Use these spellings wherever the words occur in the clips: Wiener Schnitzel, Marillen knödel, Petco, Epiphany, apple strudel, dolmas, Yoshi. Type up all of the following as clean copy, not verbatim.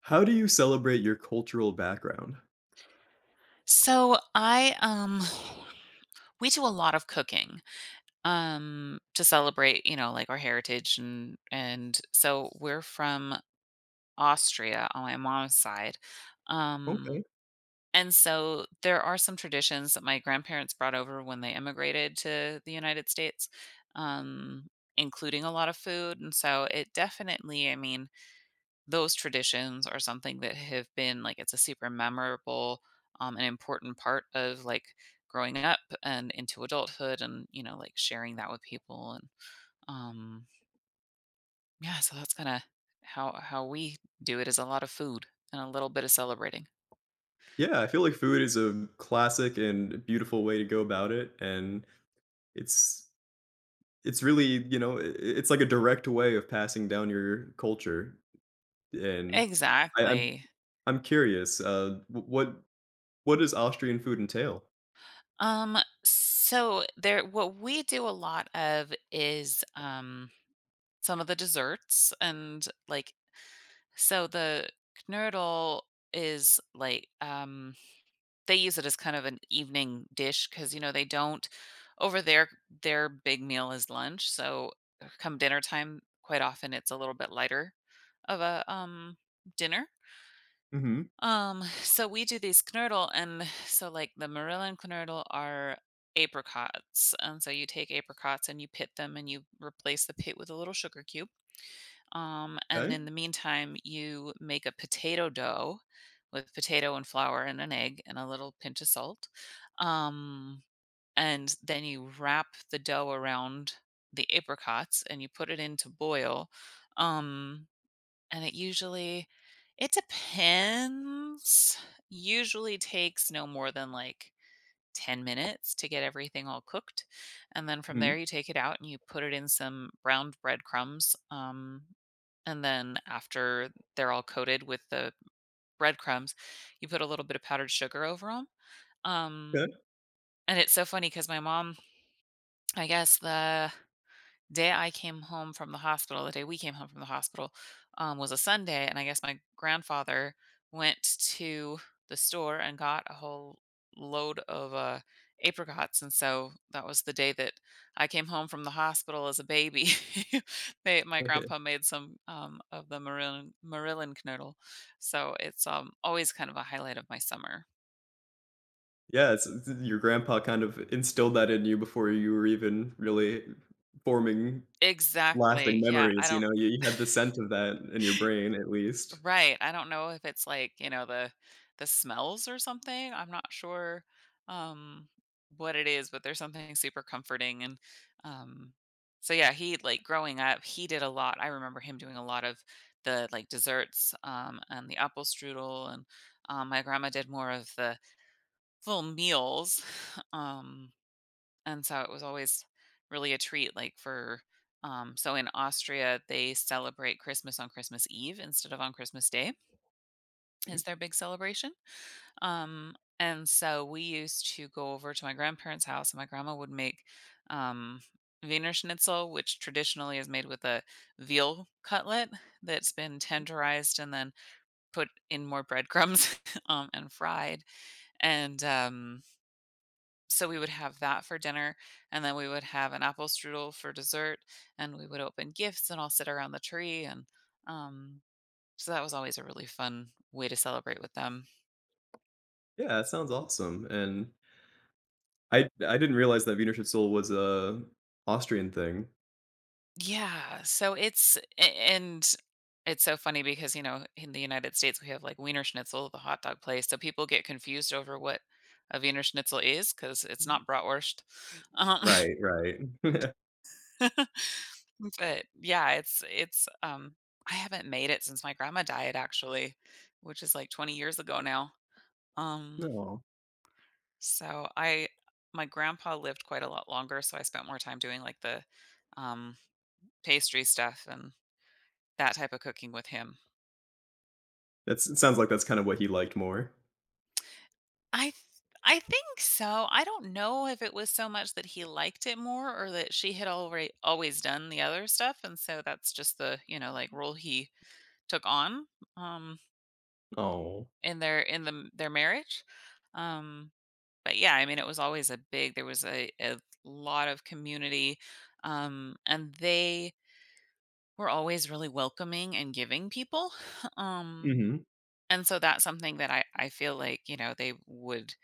How do you celebrate your cultural background? So I we do a lot of cooking to celebrate, like our heritage, and so we're from Austria on my mom's side. Okay. Um and so there are some traditions that my grandparents brought over when they immigrated to the United States, um, including a lot of food. And so it definitely, I mean, those traditions are something that have been like it's a super memorable and important part of like growing up and into adulthood and like sharing that with people. And um yeah, so that's kind of how we do it, is a lot of food and a little bit of celebrating. Yeah, I feel like food is a classic and beautiful way to go about it, and it's it's really, you know, I it's like a direct way of passing down your culture, and I'm Exactly. I'm curious, w what does Austrian food entail? um so there, what we do a lot of is some of the desserts, and like, so the knödel is like, they use it as kind of an evening dish, because, they don't, over there, their big meal is lunch. So come dinner time, quite often it's a little bit lighter of a dinner. Mm-hmm. So we do these knödel, and so, like, the Marillen knödel are apricots, and so you take apricots and you pit them and you replace the pit with a little sugar cube. And Okay. in the meantime, you make a potato dough with potato and flour and an egg and a little pinch of salt. Um, and then you wrap the dough around the apricots and you put it in to boil. Um, and it usually, it depends, usually takes no more than like 10 minutes to get everything all cooked. And then from there, Mhm. you take it out and you put it in some browned breadcrumbs. And then after they're all coated with the breadcrumbs, you put a little bit of powdered sugar over 'em. Um, 'Kay. and it's so funny because my mom, I guess the day I came home from the hospital, the day we came home from the hospital, was a Sunday, and I guess my grandfather went to the store and got a whole load of apricots, and so that was the day that I came home from the hospital as a baby. My Okay. grandpa made some of the Marilyn knödel, so it's always kind of a highlight of my summer. Yeah, it's your grandpa kind of instilled that in you before you were even really forming lasting Exactly. Yeah, I memories, you don't. know, you had the scent of that in your brain at least. Right. I don't know if it's like, the smells or something. I'm not sure um what it is, but there's something super comforting. And um so yeah, he, like, growing up, he did a lot. I remember him doing a lot of the, like, desserts, and the apple strudel, and my grandma did more of the full meals. Um and so it was always really a treat, like, for, so in Austria they celebrate Christmas on Christmas Eve instead of on Christmas Day, Mhm. is their big celebration. And so we used to go over to my grandparents' house, and my grandma would make um, Wiener Schnitzel, which traditionally is made with a veal cutlet that's been tenderized and then put in more breadcrumbs and fried. And so we would have that for dinner, and then we would have an apple strudel for dessert, and we would open gifts and all sit around the tree. And um, so that was always a really fun way to celebrate with them. Yeah, it sounds awesome, and I didn't realize that Wiener Schnitzel was a Austrian thing. Yeah, so it's a, and it's so funny because, you know, in the United States, we have, like, Wiener Schnitzel, the hot dog place, so people get confused over what a Wiener Schnitzel is, because it's Mhm. not bratwurst. Um, Right, right. but, yeah, I haven't made it since my grandma died, actually, which is, like, 20 years ago now. Um, No. so I my grandpa lived quite a lot longer, so I spent more time doing, like, the, um, pastry stuff and that type of cooking with him. That's it sounds like that's kind of what he liked more. I th I think so. I don't know if it was so much that he liked it more or that she had already always done the other stuff, and so that's just the, you know, like, role he took on, um, Oh. in their in the their marriage. Um, but yeah, I mean, it was always a big, there was a lot of community, and they were always really welcoming and giving people. Um, Mhm. and so that's something that I feel like, you know,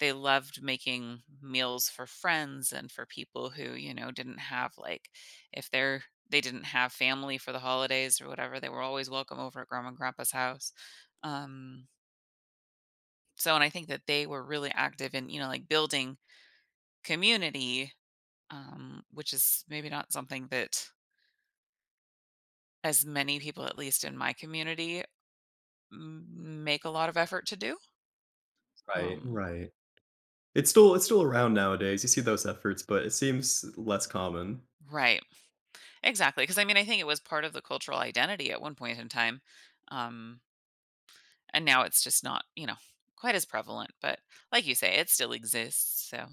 they loved making meals for friends and for people who, you know, didn't have, like, if they're they didn't have family for the holidays or whatever, they were always welcome over at grandma and grandpa's house. Um so, and I think that they were really active in, you know, like, building community, which is maybe not something that as many people, at least in my community, make a lot of effort to do. Right, Um, right. It's still around nowadays, you see those efforts, but it seems less common. right. Exactly. Because, I mean, I think it was part of the cultural identity at one point in time. Um, And now it's just not, you know, quite as prevalent, but like you say, it still exists. So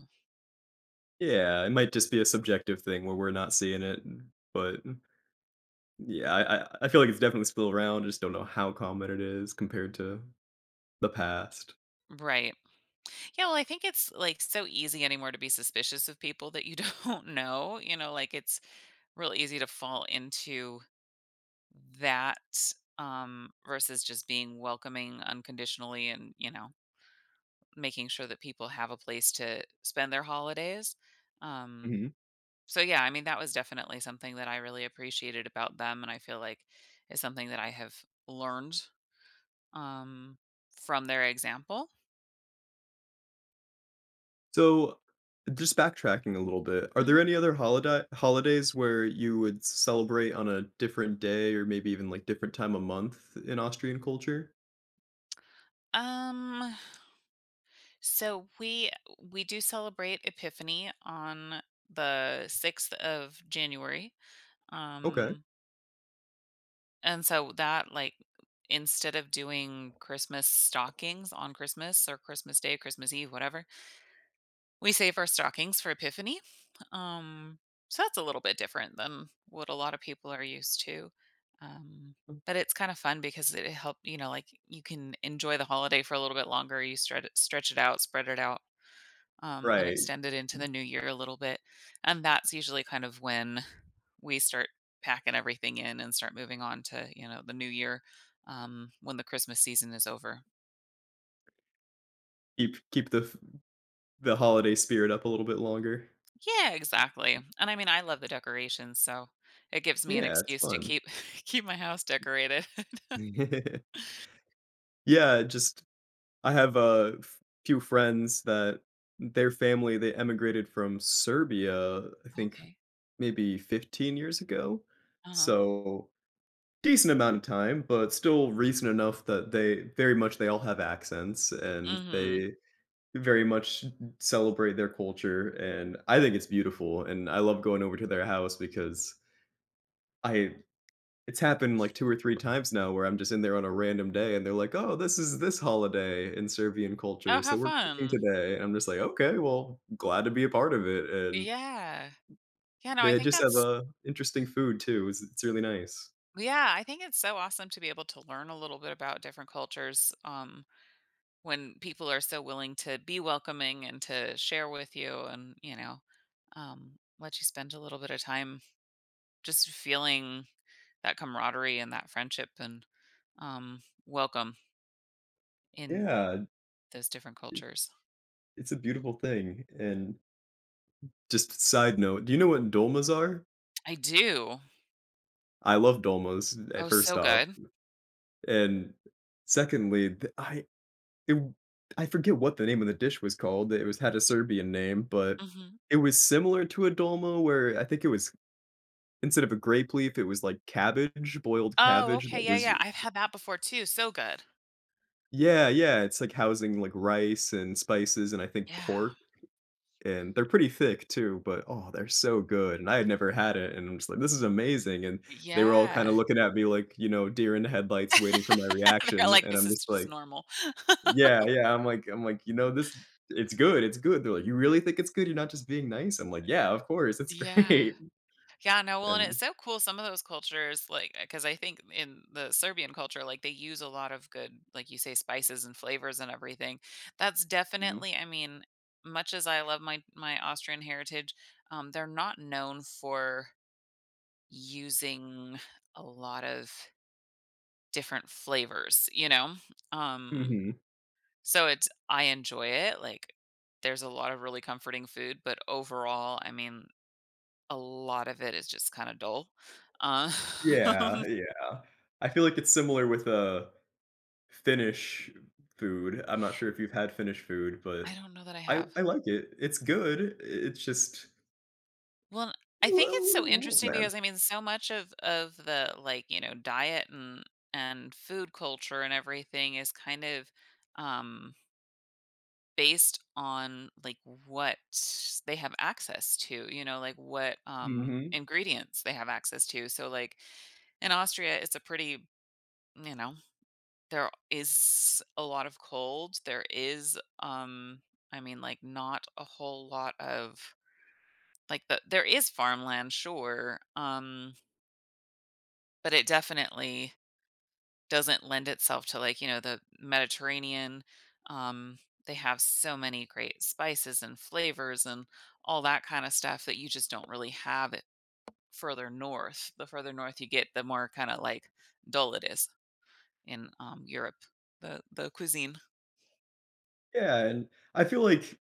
Yeah, it might just be a subjective thing where we're not seeing it, but yeah, I feel like it's definitely still around, I just don't know how common it is compared to the past. right. Yeah, well, I think it's, like, so easy anymore to be suspicious of people that you don't know, you know, like, it's real easy to fall into that, versus just being welcoming unconditionally and, you know, making sure that people have a place to spend their holidays. um Mhm. So yeah, I mean, that was definitely something that I really appreciated about them, and I feel like is something that I have learned, um, from their example. So, just backtracking a little bit, are there Mhm. any other holidays where you would celebrate on a different day or maybe even, like, different time of month in Austrian culture? Um, so we do celebrate Epiphany on the sixth of January, Okay. um, and so that, like, instead of doing Christmas stockings on Christmas or Christmas Day, Christmas Eve, whatever, we save our stockings for Epiphany. Um, so that's a little bit different than what a lot of people are used to. Um, but it's kind of fun because it help you know, like, you can enjoy the holiday for a little bit longer. You stretch it out, spread it out, and Right. extend it into the new year a little bit. And that's usually kind of when we start packing everything in and start moving on to, the new year, when the Christmas season is over. Keep the holiday spirit up a little bit longer. Yeah, exactly, and I mean, I love the decorations, so it gives me an Yeah, it's excuse to fun. keep keep my house decorated. Yeah, just I have few friends that their family they emigrated from Serbia, I think Okay. maybe 15 years ago. Uh-huh. So decent amount of time, but still recent enough that they very much they all have accents and Mhm. they very much celebrate their culture and I think it's beautiful and I love going over to their house because I it's happened like 2 or 3 times now where I'm just in there on a random day and they're like, "Oh, this is this holiday in Serbian Oh, culture, how so we're cooking fun. today," and I'm just like, "Okay, well, glad to be a part of it," and Yeah. Yeah, no, I they think just have, that's a interesting food too, it's really nice. yeah, I think it's so awesome to be able to learn a little bit about different cultures, when people are so willing to be welcoming and to share with you and, let you spend a little bit of time just feeling that camaraderie and that friendship and, um, welcome in Yeah, those different it cultures. it's a beautiful thing, and just side note, do you know what dolmas are? I do. I love dolmas, eh, Oh, first so off, good. and secondly, th I It w I forget what the name of the dish was called, it was had a Serbian name, but Mhm. it was similar to a dolma where I think it was instead of a grape leaf, it was, like, cabbage, boiled Oh, cabbage okay, that yeah, was yeah, I've had that before too, so good. yeah, yeah, it's, like, housing, like, rice and spices and I think Yeah. pork, and they're pretty thick too, but, oh, they're so good, and I had never had it, and I'm just like, "This is amazing," and they were all kinda Yeah. looking at me like, you know, deer in the headlights waiting for my They're reaction, like, and "This I'm is just just like normal." yeah, yeah, I'm like, "You know, this it's good, it's good." They're like, "You really think it's good? You're not just being nice?" I'm like, "Yeah, of course, it's Yeah. great." Yeah, no, well, and it's And so cool, some of those cultures, like, because I think in the Serbian culture, like, they use a lot of good, like you say, spices and flavors and everything. That's mhm, definitely, I mean, much as I love my Austrian heritage, they're not known for using a lot of different flavors, you know? Um, mhm. so it's I enjoy it, like, there's a lot of really comforting food, but overall, I mean, a lot of it is just kinda dull. Um, Yeah, yeah. I feel like it's similar with, Finnish food. I'm not sure if you've had Finnish food, I but don't know that I I have. I like it. It's good, it's just Well, I think it's a so little interesting bland. because, I mean, so much of the, like, you know, diet and food culture and everything is kind of, um based on, like, what they have access to, like, what Mhm. ingredients they have access to. So, like, in Austria it's a pretty you know there is a lot of cold, there is, I mean, like, not a whole lot of, there is farmland, sure, but it definitely doesn't lend itself to, like, you know, the Mediterranean. Um, they have so many great spices and flavors and all that kind of stuff that you just don't really have it further north. The further north you get, the more kind of, like, dull it is in, Europe, the cuisine. Yeah, and I feel like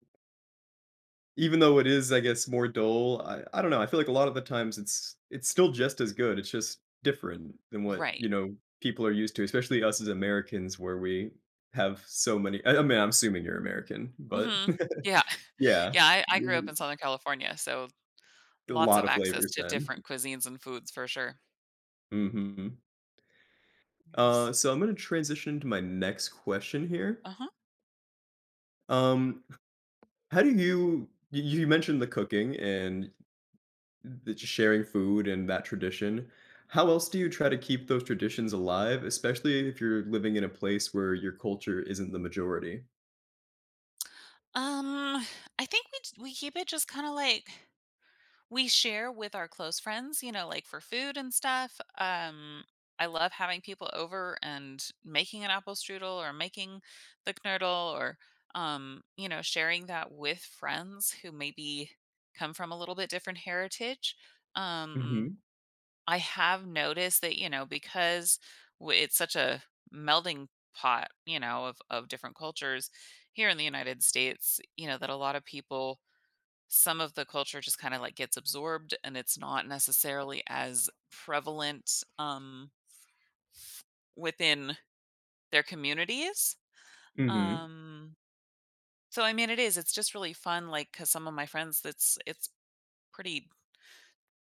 even though it is, I guess, more dull, I don't know, I feel like a lot of the times it's still just as good, it's just different than what, you Right. know, people are used to, especially us as Americans where we have so many I mean, I'm assuming you're American, but Hmm. Yeah. yeah, Yeah. I grew up w in Southern California, so a lots lot of of access flavors to then. different cuisines and foods for sure. Mhm. Yes. So I'm gonna transition to my next question here. Uh huh. Um, how do you you mentioned the cooking and the just sharing food and that tradition. How else do you try to keep those traditions alive, especially if you're living in a place where your culture isn't the majority? Um, I think we keep it just kind of like we share with our close friends, you know, like, for food and stuff. I love having people over and making an apple strudel or making the knödel or, sharing that with friends who maybe come from a little bit different heritage. Um, Mhm. I have noticed that, because it's such a melding pot, you know, of different cultures here in the United States, you know, that a lot of people, some of the culture just kind of, like, gets absorbed and it's not necessarily as prevalent within their communities. Mhm. um so, I mean, it's just really fun, like, because some of my friends, that's, it's pretty,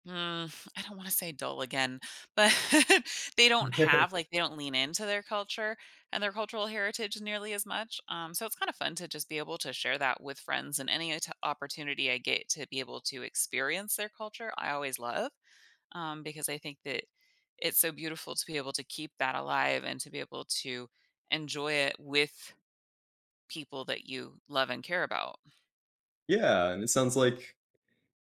Mm, I don't wanna say dull again, but they don't lean into their culture and their cultural heritage nearly as much, so it's kinda fun to just be able to share that with friends, and any t opportunity I get to be able to experience their culture, I always love, because I think that it's so beautiful to be able to keep that alive and to be able to enjoy it with people that you love and care about. Yeah, and it sounds like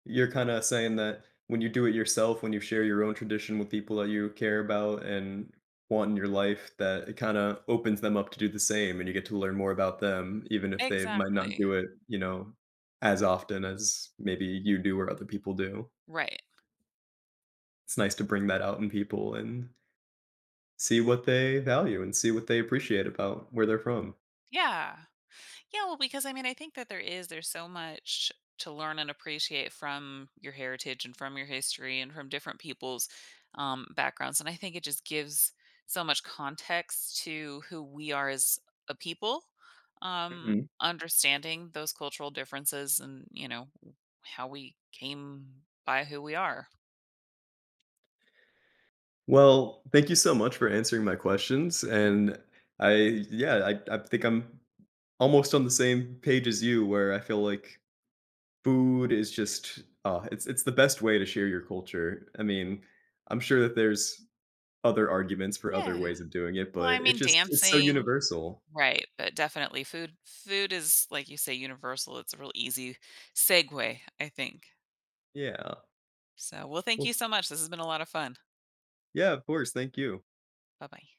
you're kinda saying that when you do it yourself, when you share your own tradition with people that you care about and want in your life, that it kinda opens them up to do the same, and you get to learn more about them, even if they might not Exactly. do it, you know, as often as maybe you do or other people do. Right. It's nice to bring that out in people and see what they value and see what they appreciate about where they're from. Yeah. Yeah, well, because I mean, I think that there is there's so much to learn and appreciate from your heritage and from your history and from different people's, backgrounds, and I think it just gives so much context to who we are as a people. Um, Mhm. Understanding those cultural differences and how we came by who we are. Well, thank you so much for answering my questions. And I, yeah, I think I'm almost on the same page as you, where I feel like food is just, it's the best way to share your culture. I mean, I'm sure that there's other arguments for other Yeah. ways of doing it, Well, but I it mean, just it's so dancing, universal. right? But definitely, food. Food is, like you say, universal. It's a real easy segue, I think. Yeah. So, well, thank Well, you so much. This has been a lot of fun. yeah, of course. Thank you. Bye bye.